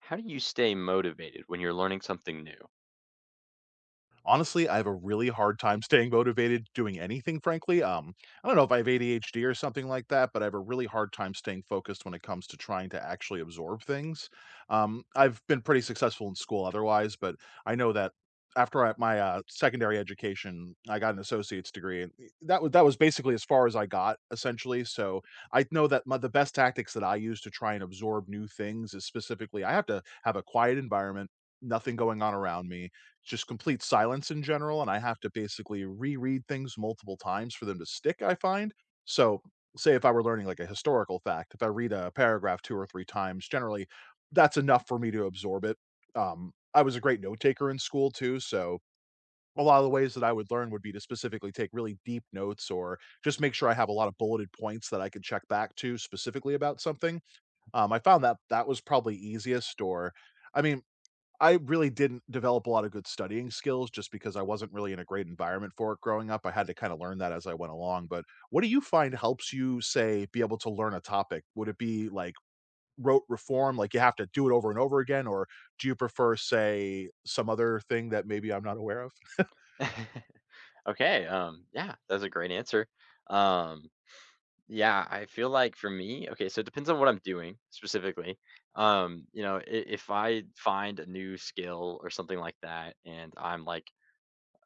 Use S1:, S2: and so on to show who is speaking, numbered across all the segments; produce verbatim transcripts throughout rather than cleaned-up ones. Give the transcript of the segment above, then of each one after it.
S1: How do you stay motivated when you're learning something new?
S2: Honestly, I have a really hard time staying motivated doing anything, frankly. Um, I don't know if I have A D H D or something like that, but I have a really hard time staying focused when it comes to trying to actually absorb things. Um, I've been pretty successful in school otherwise, but I know that after I, my uh, secondary education, I got an associate's degree, and that was that was basically as far as I got, essentially. So I know that my, the best tactics that I use to try and absorb new things is specifically I have to have a quiet environment, nothing going on around me, just complete silence in general, and I have to basically reread things multiple times for them to stick, I find. So, say if I were learning like a historical fact, if I read a paragraph two or three times, generally that's enough for me to absorb it. Um, I was a great note taker in school too, so a lot of the ways that I would learn would be to specifically take really deep notes or just make sure I have a lot of bulleted points that I could check back to specifically about something. Um, I found that that was probably easiest, or I mean, I really didn't develop a lot of good studying skills just because I wasn't really in a great environment for it growing up. I had to kind of learn that as I went along. But what do you find helps you, say, be able to learn a topic? Would it be like rote reform, like you have to do it over and over again? Or do you prefer, say, some other thing that maybe I'm not aware of?
S1: Okay, um, yeah, that's a great answer. Um, yeah, I feel like for me, okay, so it depends on what I'm doing specifically. Um, you know, i- if I find a new skill or something like that, and I'm like,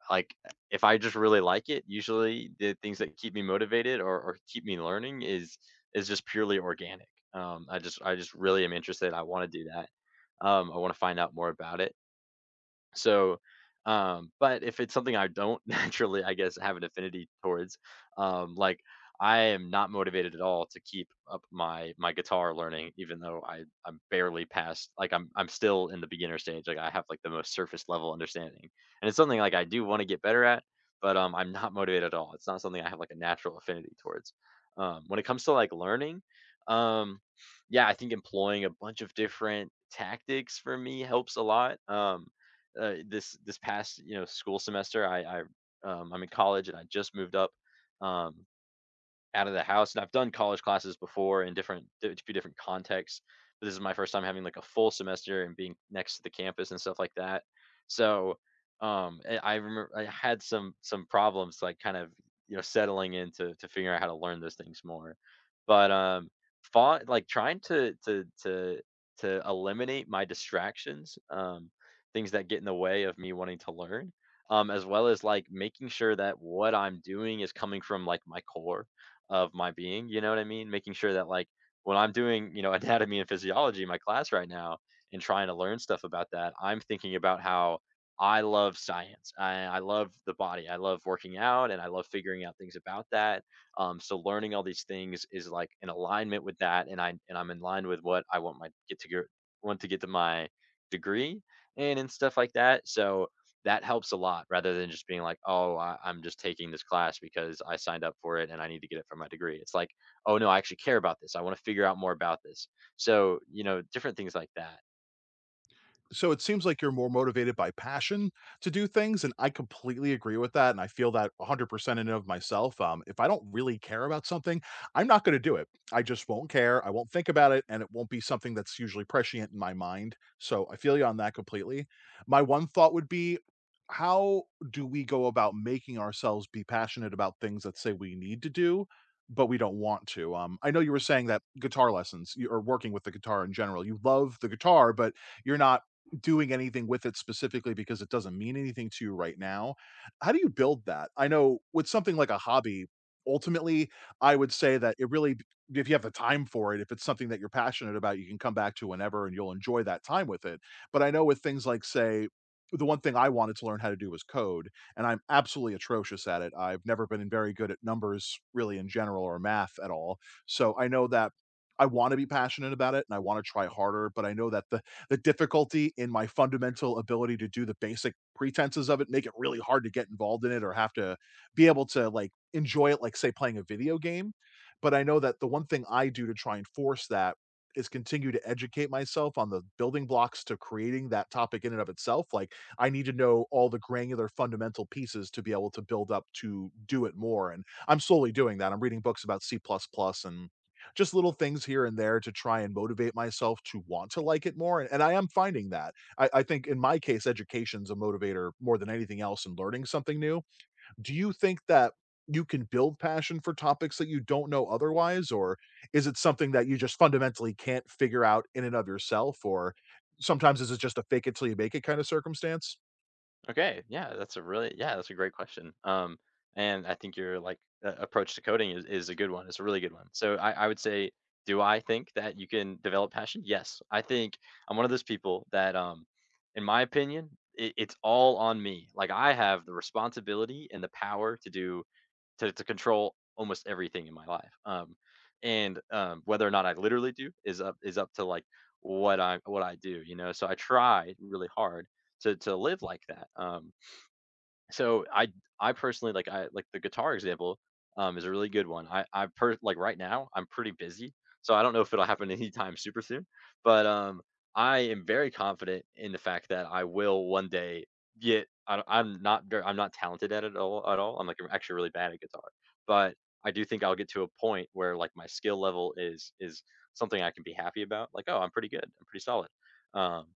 S1: like if I just really like it, usually the things that keep me motivated or, or keep me learning is is just purely organic. Um, I just I just really am interested. I want to do that. Um, I want to find out more about it. So, um, but if it's something I don't naturally, I guess, have an affinity towards, um, like I am not motivated at all to keep up my my guitar learning, even though I I'm barely past, like I'm I'm still in the beginner stage. Like I have like the most surface level understanding, and it's something like I do want to get better at, but um, I'm not motivated at all. It's not something I have like a natural affinity towards. Um, when it comes to like learning, um, yeah, I think employing a bunch of different tactics for me helps a lot. Um, uh, this this past you know school semester, I, I um, I'm in college and I just moved up um, out of the house. And I've done college classes before in different a few different contexts, but this is my first time having like a full semester and being next to the campus and stuff like that. So um, I I remember I had some some problems like kind of you know settling into to figure out how to learn those things more. But um, fought like trying to to to to eliminate my distractions, um, things that get in the way of me wanting to learn, um, as well as like making sure that what I'm doing is coming from like my core of my being, you know what I mean? Making sure that like when I'm doing, you know, anatomy and physiology in my class right now and trying to learn stuff about that, I'm thinking about how I love science. I, I love the body. I love working out and I love figuring out things about that. Um, so learning all these things is like in alignment with that, and I and I'm in line with what I want my get to get want to get to my degree and and stuff like that. So that helps a lot rather than just being like, oh, I, I'm just taking this class because I signed up for it and I need to get it for my degree. It's like, oh no, I actually care about this. I want to figure out more about this. So, you know, different things like that.
S2: So it seems like you're more motivated by passion to do things, and I completely agree with that, and I feel that one hundred percent in and of myself. Um, if I don't really care about something, I'm not going to do it. I just won't care. I won't think about it, and it won't be something that's usually prescient in my mind. So I feel you on that completely. My one thought would be, how do we go about making ourselves be passionate about things that say we need to do, but we don't want to? Um, I know you were saying that guitar lessons you- or working with the guitar in general, you love the guitar, but you're not doing anything with it specifically because it doesn't mean anything to you right now. How do you build that? I know with something like a hobby, ultimately, I would say that it really, if you have the time for it, if it's something that you're passionate about, you can come back to whenever and you'll enjoy that time with it. But I know with things like, say, the one thing I wanted to learn how to do was code, and I'm absolutely atrocious at it. I've never been very good at numbers, really, in general, or math at all. So I know that I want to be passionate about it and I want to try harder, but I know that the the difficulty in my fundamental ability to do the basic pretenses of it make it really hard to get involved in it or have to be able to like enjoy it like say playing a video game. But I know that the one thing I do to try and force that is continue to educate myself on the building blocks to creating that topic in and of itself. Like, I need to know all the granular fundamental pieces to be able to build up to do it more, and I'm slowly doing that. I'm reading books about c++ plus plus and just little things here and there to try and motivate myself to want to like it more, and and I am finding that. I I think in my case, education's a motivator more than anything else in learning something new. Do you think that you can build passion for topics that you don't know otherwise, or is it something that you just fundamentally can't figure out in and of yourself, or sometimes is it just a fake it till you make it kind of circumstance?
S1: Okay. Yeah. That's a really, yeah, that's a great question. Um, and I think your like uh, approach to coding is, is a good one. It's a really good one. So I, I would say, do I think that you can develop passion? Yes. I think I'm one of those people that, um, in my opinion, it, it's all on me. Like I have the responsibility and the power to do to to control almost everything in my life. Um, and um, whether or not I literally do is up is up to like what I what I do, you know. So I try really hard to to live like that. Um, so I I personally like I like the guitar example, um, is a really good one. I I per like right now I'm pretty busy, so I don't know if it'll happen anytime super soon, but, um, I am very confident in the fact that I will one day get I don't- I'm not ver I'm not talented at it all at all. I'm, like, actually really bad at guitar, but I do think I'll get to a point where, like, my skill level is is something I can be happy about, like, "Oh, I'm pretty good. I'm pretty solid." Um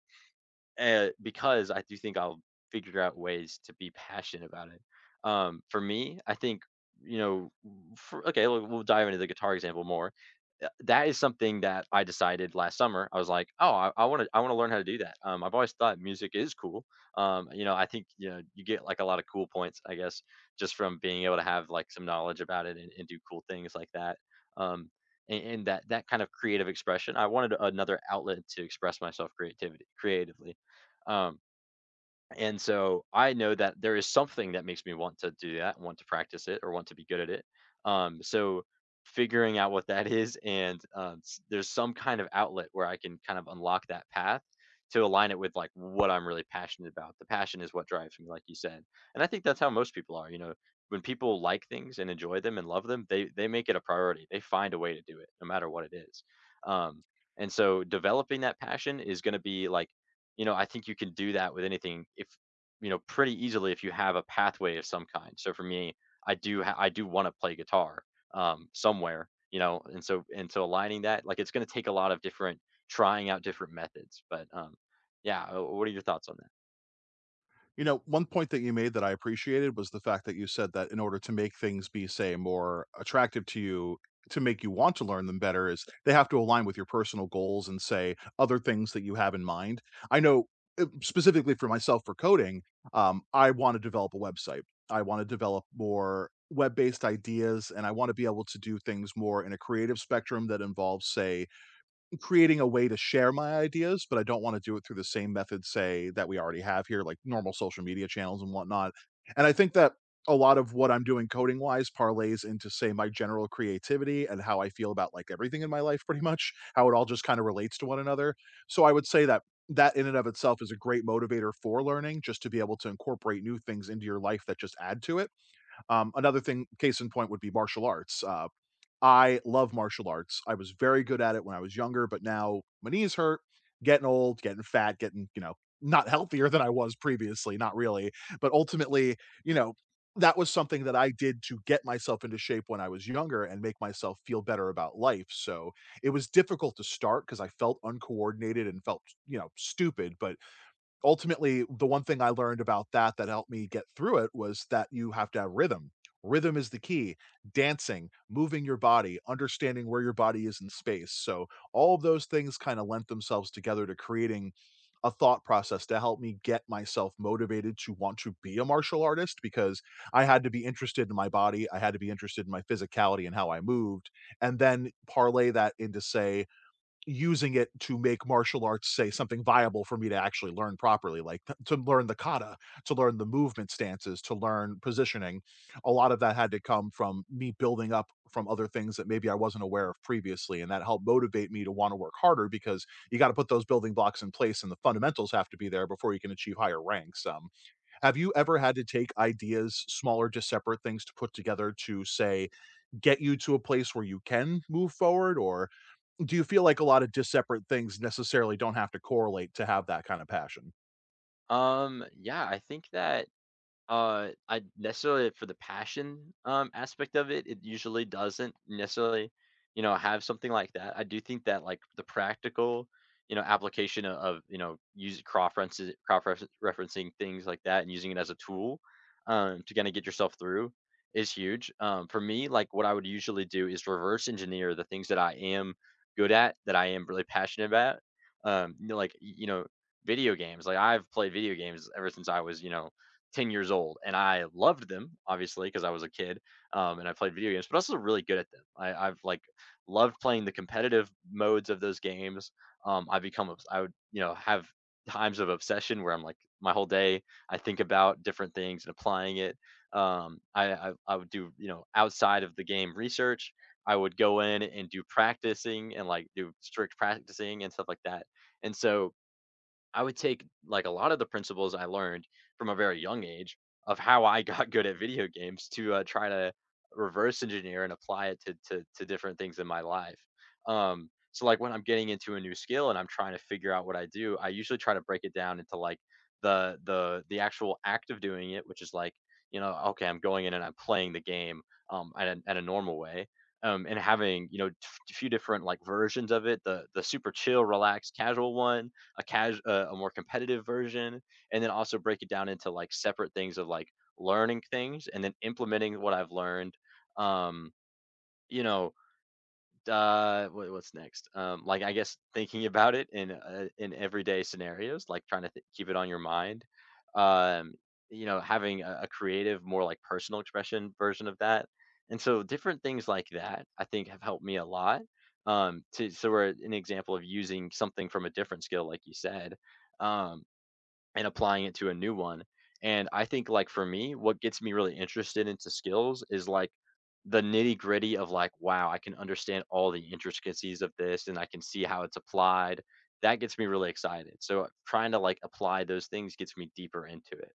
S1: uh, because I do think I'll figure out ways to be passionate about it. Um, for me, I think, you know, for, okay, we'll, we'll dive into the guitar example more. Uh, That is something that I decided last summer. I was like, oh, I want to, I want to learn how to do that. Um, I've always thought music is cool. Um, you know, I think you know you get like a lot of cool points, I guess, just from being able to have like some knowledge about it, and, and do cool things like that. Um, and, and that that kind of creative expression, I wanted another outlet to express myself creativity creatively, um, and so I know that there is something that makes me want to do that, want to practice it, or want to be good at it. Um, so figuring out what that is, and um, s- there's some kind of outlet where I can kind of unlock that path to align it with like what I'm really passionate about. The passion is what drives me, like you said, and I think that's how most people are. You know, when people like things and enjoy them and love them, they they make it a priority. They find a way to do it, no matter what it is. Um, and so developing that passion is going to be like you know, I think you can do that with anything if you know pretty easily if you have a pathway of some kind. So for me, I do ha- I do want to play guitar, um, somewhere, you know, and so and so aligning that like it's going to take a lot of different trying out different methods. But um, yeah, uh, what are your thoughts on that?
S2: You know, one point that you made that I appreciated was the fact that you said that in order to make things be, say, more attractive to you, to make you want to learn them better, is they have to align with your personal goals and say other things that you have in mind. I know, uh, specifically for myself for coding, um, I want to develop a website. I want to develop more web based ideas and I want to be able to do things more in a creative spectrum that involves, say, creating a way to share my ideas, but I don't wanna do it through the same method, say, that we already have here, like normal social media channels and whatnot. And I think that a lot of what I'm doing coding wise parlays into, say, my general creativity and how I feel about, like, everything in my life pretty much, how it all just kinda relates to one another. So I would say that that in and of itself is a great motivator for learning, just to be able to incorporate new things into your life that just add to it. Um, another thing, case in point, would be martial arts. Uh, I love martial arts. I was very good at it when I was younger, but now my knees hurt, getting old, getting fat, getting, you know, not healthier than I was previously, not really. But ultimately, you know, that was something that I did to get myself into shape when I was younger and make myself feel better about life. So it was difficult to start because I felt uncoordinated and felt, you know, stupid. But ultimately, the one thing I learned about that that helped me get through it was that you have to have rhythm. Rhythm is the key. Dancing, moving your body, understanding where your body is in space. So all of those things kind of lent themselves together to creating a thought process to help me get myself motivated to want to be a martial artist, because I had to be interested in my body, I had to be interested in my physicality and how I moved, and then parlay that into say using it to make martial arts say something viable for me to actually learn properly. Like, t- to learn the kata, to learn the movement stances, to learn positioning. A lot of that had to come from me building up from other things that maybe I wasn't aware of previously, and that helped motivate me to want to work harder, because you got to put those building blocks in place and the fundamentals have to be there before you can achieve higher ranks. Um, have you ever had to take ideas smaller, just separate things to put together to say get you to a place where you can move forward, or do you feel like a lot of dis separate things necessarily don't have to correlate to have that kind of passion?
S1: Um, yeah, I think that Uh, I necessarily for the passion, um, aspect of it, it usually doesn't necessarily, you know, have something like that. I do think that like the practical, you know, application o- of, you know, use cross-references, cross-referencing things like that and using it as a tool, um, to kind of get yourself through is huge. Um, for me, like what I would usually do is reverse engineer the things that I am good at, that I am really passionate about. Um, you know, like, y- you know, video games. Like I've played video games ever since I was, you know, ten years old and I loved them obviously because I was a kid, um, and I played video games, but I was also really good at them. I, I've like loved playing the competitive modes of those games. Um, I become obs- I would you know have times of obsession where I'm like my whole day I think about different things and applying it. Um, I, I I would do you know outside of the game research. I would go in and do practicing and like do strict practicing and stuff like that. And so I would take like a lot of the principles I learned from a very young age of how I got good at video games to uh, try to reverse engineer and apply it to, to to different things in my life. Um, so like when I'm getting into a new skill and I'm trying to figure out what I do, I usually try to break it down into like the the the actual act of doing it, which is like you know okay I'm going in and I'm playing the game um at a, at a normal way. Um, and having you know a few different like versions of it the the super chill relaxed casual one, a casual, uh, a more competitive version, and then also break it down into, like, separate things of, like, learning things and then implementing what I've learned. Um, you know, uh, what, what's next? Um, like I guess thinking about it in uh, in everyday scenarios, like trying to th- keep it on your mind. Um, you know, having a, a creative, more like personal expression version of that, and so different things like that, I think, have helped me a lot. Um, to so we're an example of using something from a different skill, like you said. Um, and applying it to a new one. And I think like for me, what gets me really interested into skills is like the nitty gritty of like, wow, I can understand all the intricacies of this and I can see how it's applied. That gets me really excited. So trying to like apply those things gets me deeper into it.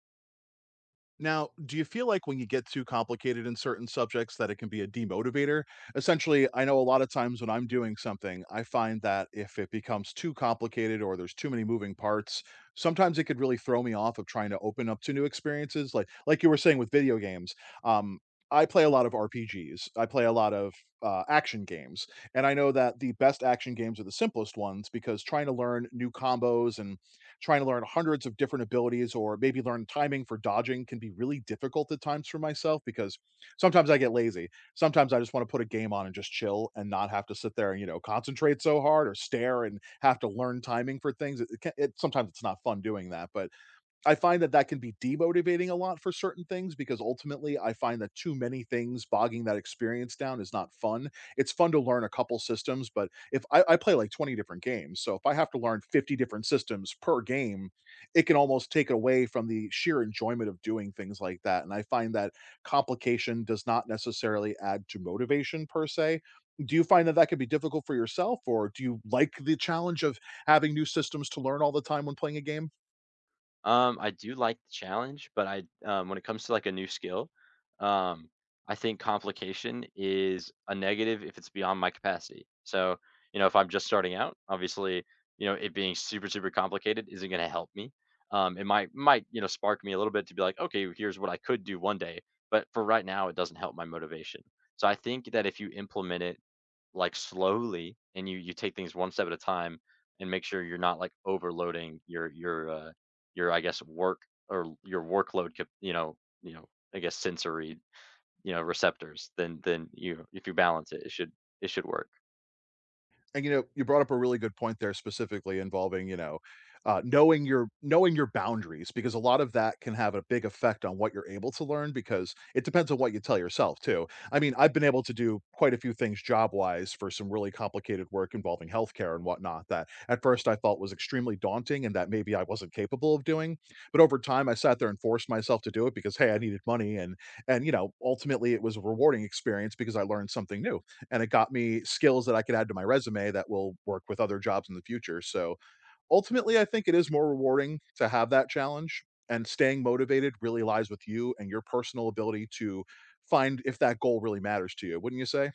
S2: Now, do you feel like when you get too complicated in certain subjects that it can be a demotivator? Essentially, I know a lot of times when I'm doing something, I find that if it becomes too complicated or there's too many moving parts, sometimes it could really throw me off of trying to open up to new experiences. Like like you were saying with video games, um, I play a lot of R P Gs. I play a lot of uh, action games, and I know that the best action games are the simplest ones because trying to learn new combos and trying to learn hundreds of different abilities or maybe learn timing for dodging can be really difficult at times for myself because sometimes I get lazy. Sometimes I just want to put a game on and just chill and not have to sit there and, you know, concentrate so hard or stare and have to learn timing for things. It, it, can- it sometimes it's not fun doing that, but I find that that can be demotivating a lot for certain things because ultimately I find that too many things bogging that experience down is not fun. It's fun to learn a couple systems, but if I, I play like twenty different games, so if I have to learn fifty different systems per game, it can almost take away from the sheer enjoyment of doing things like that. And I find that complication does not necessarily add to motivation per se. Do you find that that can be difficult for yourself, or do you like the challenge of having new systems to learn all the time when playing a game?
S1: Um, I do like the challenge, but I um, when it comes to like a new skill, um, I think complication is a negative if it's beyond my capacity. So, you know, if I'm just starting out, obviously, you know, it being super super complicated isn't going to help me. Um, it might might you know spark me a little bit to be like, okay, here's what I could do one day, but for right now, it doesn't help my motivation. So I think that if you implement it like, slowly, and you you take things one step at a time and make sure you're not, like, overloading your your, uh, your, I guess, work or l your workload cap you know you know, I guess, sensory, you know, receptors, then then you if you balance it, it should it should work.
S2: And you know, you brought up a really good point there specifically involving, you know, uh, knowing your knowing your boundaries, because a lot of that can have a big effect on what you're able to learn because it depends on what you tell yourself too. I mean, I've been able to do quite a few things job wise for some really complicated work involving healthcare and whatnot that at first I thought was extremely daunting and that maybe I wasn't capable of doing. But over time, I sat there and forced myself to do it because hey, I needed money, and and you know, ultimately it was a rewarding experience because I learned something new and it got me skills that I could add to my resume that will work with other jobs in the future. So ultimately, I think it is more rewarding to have that challenge. And staying motivated really lies with you and your personal ability to find if that goal really matters to you, wouldn't you say?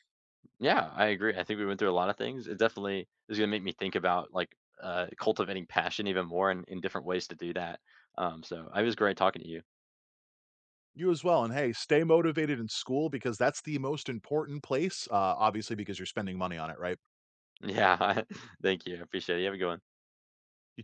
S1: Yeah, I agree. I think we went through a lot of things. It definitely is gonna make me think about, like, uh, cultivating passion even more and in different ways to do that. Um, so, it was great talking to you.
S2: You as well. And hey, stay motivated in school because that's the most important place, uh, obviously, because you're spending money on it, right?
S1: Yeah, thank you. I appreciate it. You have a good one.